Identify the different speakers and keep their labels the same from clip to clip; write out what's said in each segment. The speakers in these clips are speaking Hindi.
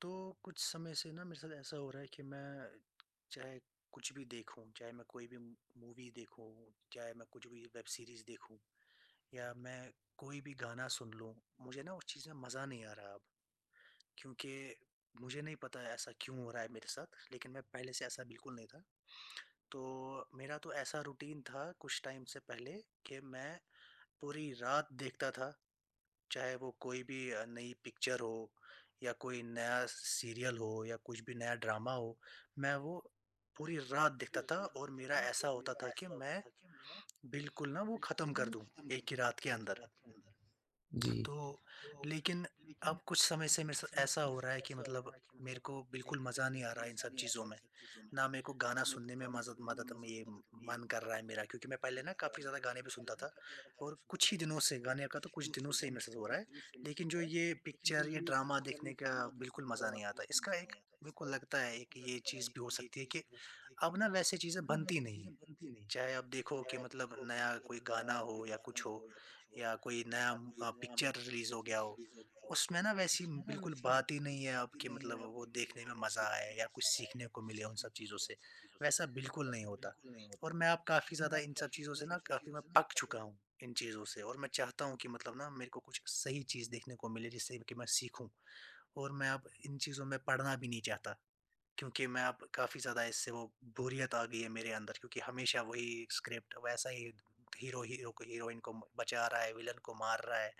Speaker 1: तो कुछ समय से ना मेरे साथ ऐसा हो रहा है कि मैं चाहे कुछ भी देखूं, चाहे मैं कोई भी मूवी देखूं, चाहे मैं कुछ भी वेब सीरीज देखूं या मैं कोई भी गाना सुन लूं, मुझे ना उस चीज़ में मज़ा नहीं आ रहा अब। क्योंकि मुझे नहीं पता ऐसा क्यों हो रहा है मेरे साथ, लेकिन मैं पहले से ऐसा बिल्कुल नहीं था। तो मेरा तो ऐसा रूटीन था कुछ टाइम से पहले कि मैं पूरी रात देखता था, चाहे वो कोई भी नई पिक्चर हो या कोई नया सीरियल हो या कुछ भी नया ड्रामा हो, मैं वो पूरी रात देखता था। और मेरा ऐसा होता था कि मैं बिल्कुल ना वो ख़त्म कर दूँ, एक ही रात के अंदर।
Speaker 2: जी,
Speaker 1: तो लेकिन अब कुछ समय से मेरे साथ ऐसा हो रहा है कि मतलब मेरे को बिल्कुल मज़ा नहीं आ रहा है इन सब चीज़ों में। ना मेरे को गाना सुनने में मज़द मदद में ये मन कर रहा है मेरा, क्योंकि मैं पहले ना काफ़ी ज़्यादा गाने भी सुनता था, और कुछ ही दिनों से गाने का तो कुछ दिनों से ही मेरे साथ हो रहा है। लेकिन जो ये पिक्चर, ये ड्रामा देखने का बिल्कुल मज़ा नहीं आता। इसका एक मेरे को लगता है कि ये चीज़ भी हो सकती है कि अब ना वैसी चीज़ें बनती नहीं हैं। चाहे आप देखो कि मतलब नया कोई गाना हो या कुछ हो या कोई नया पिक्चर रिलीज़ हो गया हो, उसमें ना वैसी बिल्कुल बात ही नहीं है अब कि मतलब वो देखने में मज़ा आए या कुछ सीखने को मिले उन सब चीज़ों से, वैसा बिल्कुल नहीं होता। और मैं अब काफ़ी ज़्यादा इन सब चीज़ों से ना काफ़ी मैं पक चुका हूँ, इन चीज़ों से। और मैं चाहता हूँ कि मतलब ना मेरे को कुछ सही चीज़ देखने को मिले जिससे कि मैं सीखूँ, और मैं अब इन चीज़ों में पड़ना भी नहीं चाहता। क्योंकि मैं अब काफ़ी ज़्यादा इससे वो बोरियत आ गई है मेरे अंदर, क्योंकि हमेशा वही स्क्रिप्ट, वैसा ही हीरो हीरो को हीरोइन को बचा रहा है, विलन को मार रहा है,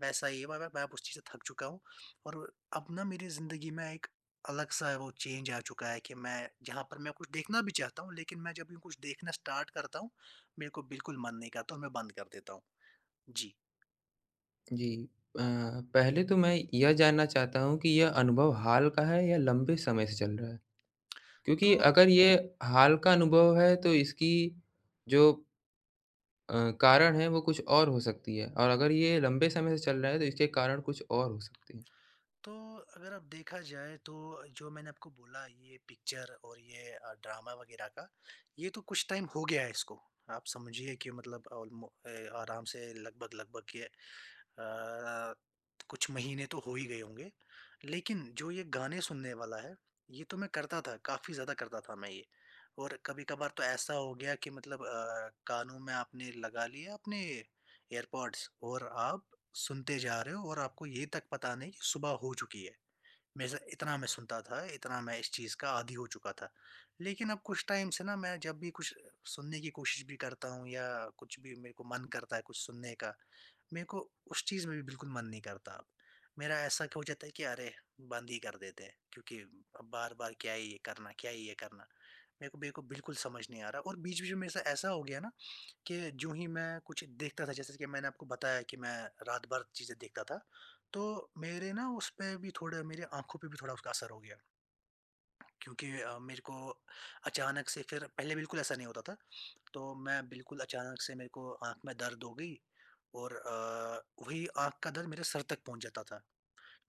Speaker 1: वैसा ही है। मैं अब उस चीज़ से थक चुका हूँ। और अब ना मेरी ज़िंदगी में एक अलग-सा वो चेंज आ चुका है कि मैं जहाँ पर मैं कुछ देखना भी चाहता हूँ, लेकिन मैं जब यूँ कुछ देखना स्टार्ट करता हूँ, मेरे को बिल्कुल मन नहीं करता और मैं बंद कर देता हूँ। जी।
Speaker 2: जी। अ, पहले तो मैं यह जानना चाहता हूँ कि यह अनुभव हाल का है या लंबे समय से चल रहा है?
Speaker 1: तो
Speaker 2: क्योंकि अगर ये हाल का अनुभव है तो इसकी जो कारण है वो कुछ और हो सकती है और अगर ये लंबे समय से चल रहा है तो इसके कारण कुछ और हो सकते हैं।
Speaker 1: तो अगर अब देखा जाए तो, जो मैंने आपको बोला ये पिक्चर और ये ड्रामा वगैरह का, ये तो कुछ टाइम हो गया है इसको। आप समझिए कि मतलब आराम से लगभग-लगभग ये कुछ महीने तो हो ही गए होंगे। लेकिन जो ये गाने सुनने वाला है, ये तो मैं करता था, काफ़ी ज़्यादा करता था मैं ये। और कभी-कभार तो ऐसा हो गया कि मतलब कानों में आपने लगा लिया अपने एयरपॉड्स, और आप सुनते जा रहे हो और आपको ये तक पता नहीं कि सुबह हो चुकी है। मेरे साथ इतना मैं सुनता था, इतना मैं इस चीज़ का आदी हो चुका था। लेकिन अब कुछ टाइम से ना मैं जब भी कुछ सुनने की कोशिश भी करता हूँ, या कुछ भी मेरे को मन करता है कुछ सुनने का, मेरे को उस चीज़ में भी बिल्कुल मन नहीं करता अब। मेरा ऐसा हो जाता है कि अरे! बंद ही कर देते हैं, क्योंकि अब बार-बार क्या ही ये करना, क्या ही ये करना। मेरे को बिल्कुल समझ नहीं आ रहा। और बीच-बीच में मेरे साथ ऐसा हो गया ना कि यूँ ही मैं कुछ देखता था, जैसे कि मैंने आपको बताया कि मैं रात भर चीज़ें देखता था, तो मेरे ना उस पे भी थोड़ा, मेरी आँखों पे भी थोड़ा उसका असर हो गया। क्योंकि मेरे को अचानक से, फिर पहले बिल्कुल ऐसा नहीं होता था, तो मैं बिल्कुल अचानक से मेरे को आँख में दर्द हो गई, और वही आँख का दर्द मेरे सर तक पहुँच जाता था।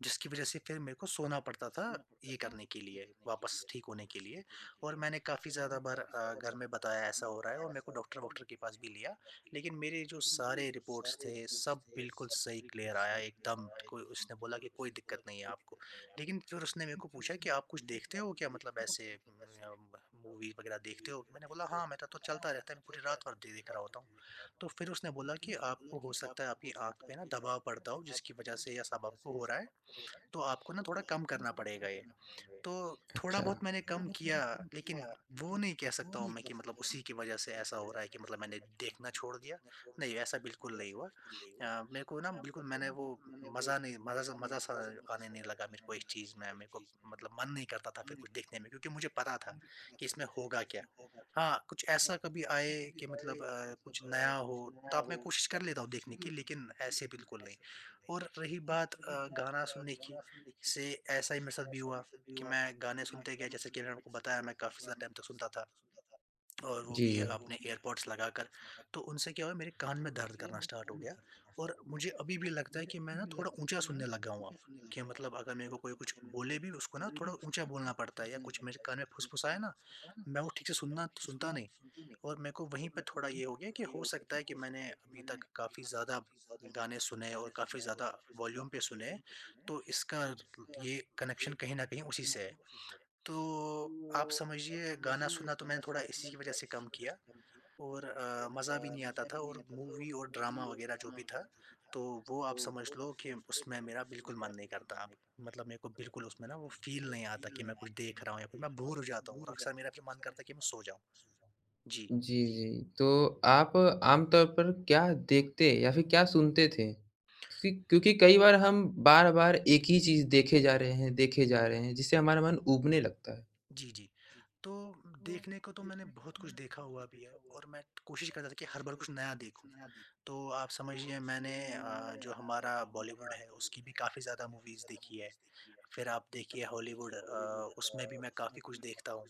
Speaker 1: जिसकी वजह से फिर मेरे को सोना पड़ता था, ये करने के लिए, वापस ठीक होने के लिए। और मैंने काफ़ी ज़्यादा बार घर में बताया ऐसा हो रहा है, और मेरे को डॉक्टर-वॉक्टर के पास भी लिया। लेकिन मेरे जो सारे रिपोर्ट्स थे, सब बिल्कुल सही क्लियर आया एकदम, कोई उसने बोला कि कोई दिक्कत नहीं है आपको। लेकिन फिर उसने मेरे को पूछा कि आप कुछ देखते हो क्या, मतलब ऐसे उम, अ, म मूवी वगैरह देखते हो? मैंने बोला हाँ, मेरा तो चलता रहता है, मैं पूरी रात भर दे देख रहा होता हूँ। तो फिर उसने बोला कि आपको हो सकता है आपकी आँख पे ना दबाव पड़ता हो, जिसकी वजह से ये सब आपको हो रहा है। तो आपको ना थोड़ा कम करना पड़ेगा ये। तो
Speaker 2: जी हाँ,
Speaker 1: थोड़ा
Speaker 2: अच्छा।
Speaker 1: बहुत मैंने कम किया, लेकिन वो नहीं कह सकता हूँ मैं कि मतलब उसी की वज़ह से ऐसा हो रहा है कि मतलब मैंने देखना छोड़ दिया। नहीं, ऐसा बिल्कुल नहीं हुआ। मेरे को ना बिल्कुल मैंने वो मज़ा नहीं, मज़ा सा आने नहीं लगा मेरे को इस चीज़ में। मेरे को मतलब मन नहीं करता था फिर कुछ देखने में, क्योंकि मुझे पता था कि इसमें होगा क्या। हाँ, कुछ ऐसा कभी आए कि मतलब कुछ नया हो, तब मैं कोशिश कर लेता हूँ देखने की, लेकिन ऐसे बिल्कुल नहीं। और रही बात गाना सुनने की, से ऐसा ही मेरे साथ भी हुआ। कि मैं गाने सुनते गया, जैसे कि मैंने आपको बताया मैं काफ़ी ज़्यादा टाइम तक सुनता था, और वो
Speaker 2: जी,
Speaker 1: भी अपने
Speaker 2: जी।
Speaker 1: एयरपॉड्स लगाकर। तो उनसे क्या हुआ, मेरे कान में दर्द करना स्टार्ट हो गया, और मुझे अभी भी लगता है कि मैं ना थोड़ा ऊँचा सुनने लगा हूँ अब। कि मतलब अगर मेरे को कोई कुछ बोले भी उसको ना थोड़ा ऊँचा बोलना पड़ता है, या कुछ मेरे कान में फुसफुसाए ना, मैं वो ठीक से सुनना सुनता नहीं। और मेरे को वहीं पे थोड़ा ये हो गया कि हो सकता है कि मैंने अभी तक काफ़ी ज़्यादा गाने सुने, और काफ़ी ज़्यादा वॉल्यूम पे सुने, तो इसका ये कनेक्शन कहीं न कहीं उसी से है। तो आप समझिए गाना सुनना तो मैंने थोड़ा इसी की वज़ह से कम किया, और मज़ा भी नहीं आता था। और मूवी और ड्रामा वग़ैरह जो भी था, तो वो आप समझ लो कि उसमें मेरा बिल्कुल मन नहीं करता अब। मतलब मेरे को बिल्कुल उसमें ना वो फ़ील नहीं आता कि मैं कुछ देख रहा हूँ, या फिर मैं बोर हो जाता हूँ और अक्सर मेरा फिर मन करता है कि मैं सो जाऊँ। जी।
Speaker 2: जी, जी। तो आप आमतौर पर क्या देखते या फिर क्या सुनते थे? क्योंकि क्योंकि कई बार हम बार-बार एक ही चीज़ देखे जा रहे हैं, देखे जा रहे हैं, जिससे हमारा मन ऊबने लगता है।
Speaker 1: जी, जी। तो देखने को तो मैंने बहुत कुछ देखा हुआ भी है, और मैं कोशिश करता था कि हर बार कुछ नया देखूँ। तो आप समझिए मैंने जो हमारा बॉलीवुड है उसकी भी काफ़ी ज़्यादा मूवीज़ देखी है। फिर आप देखिए हॉलीवुड, उसमें भी मैं काफ़ी कुछ देखता हूँ।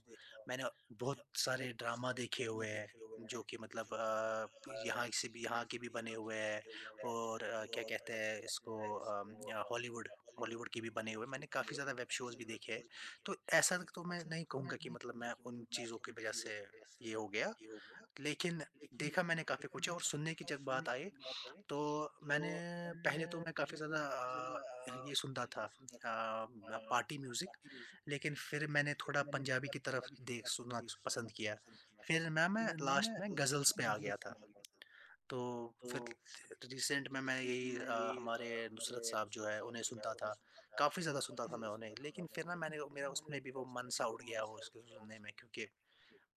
Speaker 1: मैंने बहुत सारे ड्रामा देखे हुए हैं जो कि मतलब यहाँ से भी, यहाँ के भी बने हुए हैं, और क्या कहते हैं इसको, हॉलीवुड हॉलीवुड के भी बने हुए हैं। मैंने काफ़ी ज़्यादा वेब शोज़ भी देखे हैं। तो ऐसा तो मैं नहीं कहूँगा कि मतलब मैं उन चीज़ों की वज़ह से ये हो गया, लेकिन देखा मैंने काफ़ी कुछ है। और सुनने की जब बात आई, तो मैंने पहले, तो मैं काफ़ी ज़्यादा अ, ये सुनता था अ, ब पार्टी म्यूज़िक, लेकिन फिर मैंने थोड़ा पंजाबी की तरफ देख सुनना पसंद किया। फिर ना मैं लास्ट में गज़ल्स पे आ गया था। तो फिर रिसेंट में मैं यही हमारे नुसरत साहब जो है उन्हें सुनता था, काफ़ी ज़्यादा सुनता था मैं उन्हें। लेकिन फिर ना मैंने मेरा उसमें भी वो मन सा उड़ गया वो उसको सुनने में, क्योंकि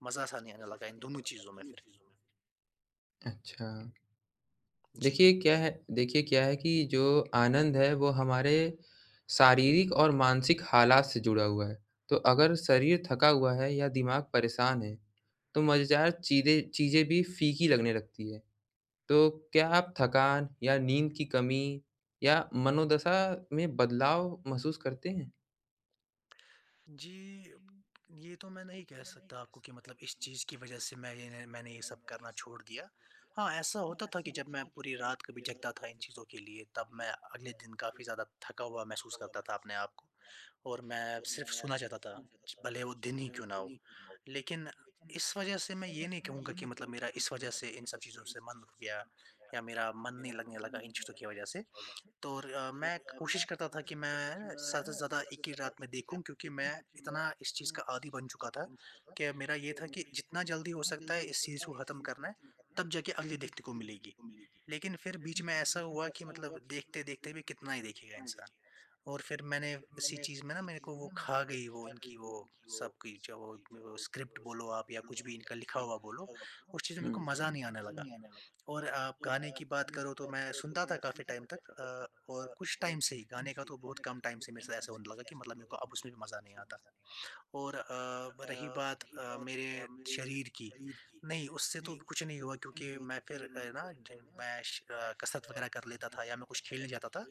Speaker 1: मज़ा सा नहीं आने लगा इन दोनों चीज़ों में फिर।
Speaker 2: अच्छा।
Speaker 1: जी।
Speaker 2: देखिए क्या है कि जो आनंद है वो हमारे शारीरिक और मानसिक हालात से जुड़ा हुआ है। तो अगर शरीर थका हुआ है या दिमाग परेशान है, तो मज़ेदार चीज़ें चीज़ें भी फीकी लगने लगती है। तो क्या आप थकान या नींद की कमी या मनोदशा में बदलाव महसूस करते हैं?
Speaker 1: जी, ये तो मैं नहीं कह सकता आपको कि मतलब इस चीज़ की वजह से मैंने ये सब करना छोड़ दिया। हाँ, ऐसा होता था कि जब मैं पूरी रात कभी जगता था इन चीज़ों के लिए, तब मैं अगले दिन काफ़ी ज़्यादा थका हुआ महसूस करता था अपने आप को, और मैं सिर्फ़ सोना चाहता था, च भले वो दिन ही क्यों ना हो। लेकिन इस वजह से मैं ये नहीं कहूँगा कि मतलब मेरा इस वजह से इन सब चीज़ों से मन उठ गया, या मेरा मन नहीं लगने लगा इन चीज़ों की वजह से। तो और मैं कोशिश करता था कि मैं ज़्यादा से ज़्यादा एक ही रात में देखूँ, क्योंकि मैं इतना इस चीज़ का आदी बन चुका था कि मेरा ये था कि जितना जल्दी हो सकता है इस चीज़ को ख़त्म करना है, तब जाके अगली देखने को मिलेगी। लेकिन फिर बीच में ऐसा हुआ कि मतलब देखते-देखते भी कितना ही देखेगा इंसान, और फिर मैंने इसी चीज़ में ना मेरे को वो खा गई, वो इनकी वो सबकी जो वो स्क्रिप्ट बोलो आप या कुछ भी इनका लिखा हुआ बोलो, उस चीज़ में मेरे
Speaker 2: हुँ।
Speaker 1: को मज़ा नहीं आने लगा। और आप गाने की बात करो तो मैं सुनता था काफ़ी टाइम तक और कुछ टाइम से ही गाने का तो बहुत कम टाइम से मेरे साथ ऐसा होने लगा कि मतलब मेरे को अब उसमें भी मज़ा नहीं आता। और रही बात मेरे शरीर की, नहीं उससे तो कुछ नहीं हुआ, क्योंकि मैं फिर ना मैं कसरत वगैरह कर लेता था, या मैं कुछ खेलने जाता था।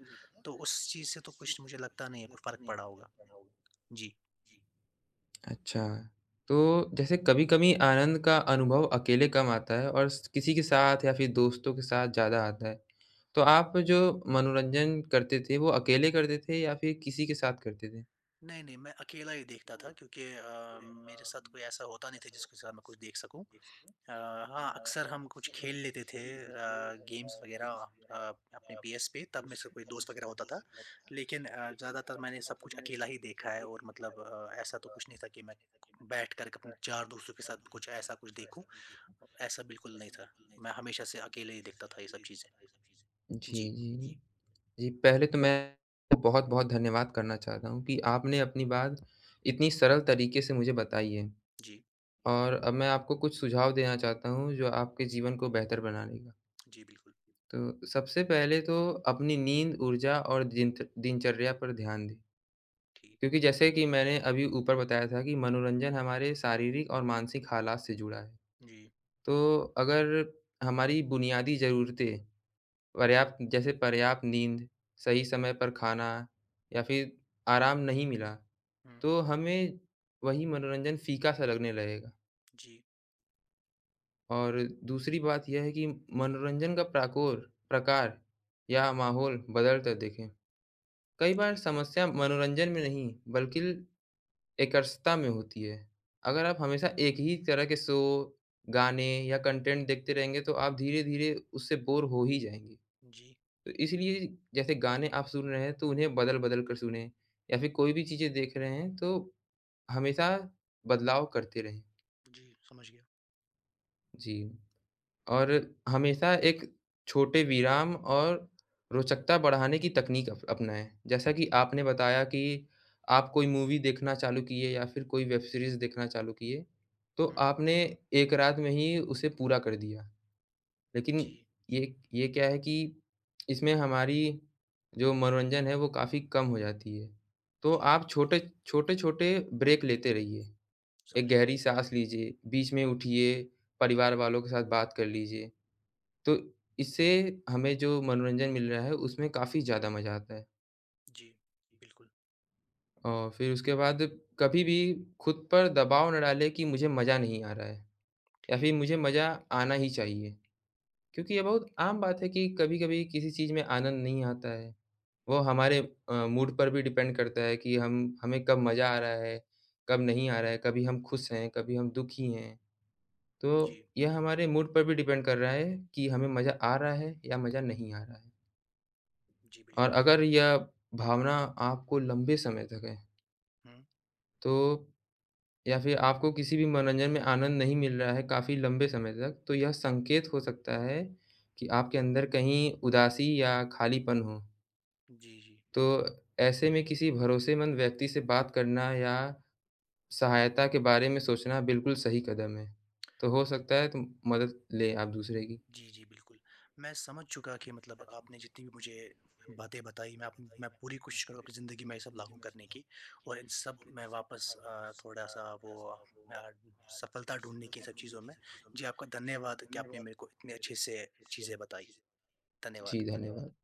Speaker 1: तो उस चीज़ से तो कुछ मुझे लगता नहीं है कुछ फ़र्क पड़ा होगा। जी।
Speaker 2: अच्छा। तो जैसे कभी-कभी आनंद का अनुभव अकेले कम आता है और स किसी के साथ या फिर दोस्तों के साथ ज़्यादा आता है। तो आप जो मनोरंजन करते थे वो अकेले करते थे या फिर किसी के साथ करते थे?
Speaker 1: नहीं, नहीं, मैं अकेला ही देखता था, क्योंकि मेरे साथ कोई ऐसा होता नहीं था जिसके साथ मैं कुछ देख सकूं। अ, हाँ, अक्सर हम कुछ खेल लेते थे, गेम्स वग़ैरह, अ, अपने पीएस पे, तब मेरे से कोई दोस्त वग़ैरह होता था। लेकिन ज़्यादातर मैंने सब कुछ अकेला ही देखा है, और मतलब ऐसा तो कुछ नहीं था कि मैं बैठकर अपने 4 दोस्तों के साथ कुछ ऐसा कुछ देखूँ, ऐसा बिल्कुल नहीं था। मैं हमेशा से अकेले ही देखता था ये सब चीज़ें।
Speaker 2: जी,
Speaker 1: जी,
Speaker 2: जी। जी। जी, पहले तो मैं बहुत-बहुत धन्यवाद करना चाहता हूँ कि आपने अपनी बात इतनी सरल तरीके से मुझे बताई है।
Speaker 1: जी,
Speaker 2: और अब मैं आपको कुछ सुझाव देना चाहता हूँ जो आपके जीवन को बेहतर बनाने का।
Speaker 1: जी, बिल्कुल,
Speaker 2: तो सबसे पहले तो अपनी नींद, ऊर्जा और दिनचर्या पर ध्यान दें।
Speaker 1: ठीक,
Speaker 2: क्योंकि जैसे कि मैंने अभी ऊपर बताया था कि मनोरंजन हमारे शारीरिक और मानसिक हालात से जुड़ा है।
Speaker 1: जी,
Speaker 2: तो अगर हमारी बुनियादी ज़रूरतें पर्याप्त नींद, सही समय पर खाना या फिर आराम नहीं मिला,
Speaker 1: हुँ,
Speaker 2: तो हमें वही मनोरंजन फीका-सा लगने लगेगा।
Speaker 1: जी,
Speaker 2: और दूसरी बात यह है कि मनोरंजन का प्राकोर प्रकार या माहौल बदलता देखें। कई बार
Speaker 1: ठीक है,
Speaker 2: समस्या मनोरंजन में नहीं, बल्कि एकरसता में होती है। अगर आप हमेशा एक ही तरह के शो, गाने या कंटेंट देखते रहेंगे, तो आप धीरे-धीरे उससे बोर हो ही जाएँगे।
Speaker 1: जी,
Speaker 2: तो इसलिए जैसे गाने आप सुन रहे हैं, तो उन्हें बदल-बदल कर सुनें या फिर कोई भी चीज़ें देख रहे हैं, तो हमेशा बदलाव करते रहें।
Speaker 1: जी, समझ गया।
Speaker 2: जी। और हमेशा एक छोटे विराम और रोचकता बढ़ाने की तकनीक अप अपनाएँ। जैसा कि आपने बताया कि आप कोई मूवी देखना चालू किए या फिर कोई वेब सीरीज़ देखना चालू किए, तो
Speaker 1: हुँ,
Speaker 2: आपने एक रात में ही उसे पूरा कर दिया। लेकिन
Speaker 1: जी,
Speaker 2: ये क्या है कि इसमें हमारी जो मनोरंजन है, वो काफ़ी कम हो जाती है। तो
Speaker 1: जी,
Speaker 2: आप छोटे-छोटे ब्रेक लेते रहिए। एक
Speaker 1: समझ गया।
Speaker 2: गहरी साँस लीजिए, बीच में उठिए, परिवार वालों के साथ बात कर लीजिए। तो इससे हमें जो मनोरंजन मिल रहा है, उसमें काफ़ी ज़्यादा मज़ा आता है।
Speaker 1: जी, बिल्कुल,
Speaker 2: और फिर उसके बाद कभी भी खुद पर दबाव ना डालें कि मुझे मज़ा नहीं आ रहा है या
Speaker 1: ठीक,
Speaker 2: फिर मुझे मज़ा आना ही चाहिए। क्योंकि ये बहुत आम बात है कि कभी-कभी किसी चीज़ में आनंद नहीं आता है। वो हमारे मूड पर भी डिपेंड करता है कि हम हमें कब मज़ा आ रहा है, कब नहीं आ रहा है, कभी हम खुश हैं, कभी हम दुखी हैं। तो
Speaker 1: जी।
Speaker 2: यह हमारे मूड पर भी डिपेंड कर रहा है कि हमें मज़ा आ रहा है या मज़ा नहीं आ रहा है।
Speaker 1: जी, बिल्कुल।
Speaker 2: और अगर यह भावना आपको लंबे समय तक है,
Speaker 1: हुँ।
Speaker 2: तो या फिर आपको किसी भी मनोरंजन में आनंद नहीं मिल रहा है काफ़ी लंबे समय तक, तो यह संकेत हो सकता है कि आपके अंदर कहीं उदासी या खालीपन हो।
Speaker 1: जी, जी।
Speaker 2: तो ऐसे में किसी भरोसेमंद व्यक्ति से बात करना या सहायता के बारे में सोचना बिल्कुल सही कदम है। तो हो सकता है मदद लें आप दूसरे की।
Speaker 1: जी, जी, बिल्कुल। मैं समझ चुका कि मतलब आपने जितनी भी मुझे बातें बताई, मैं अप मैं पूरी कोशिश करूँगा अपनी ज़िंदगी में ये सब लागू करने की, और इन सब में वापस थोड़ा-सा वो मैं सफलता ढूँढने की इन सब चीज़ों में। जी, आपका धन्यवाद कि आपने मेरे को इतने अच्छे से चीज़ें बताई। धन्यवाद।
Speaker 2: जी, धन्यवाद।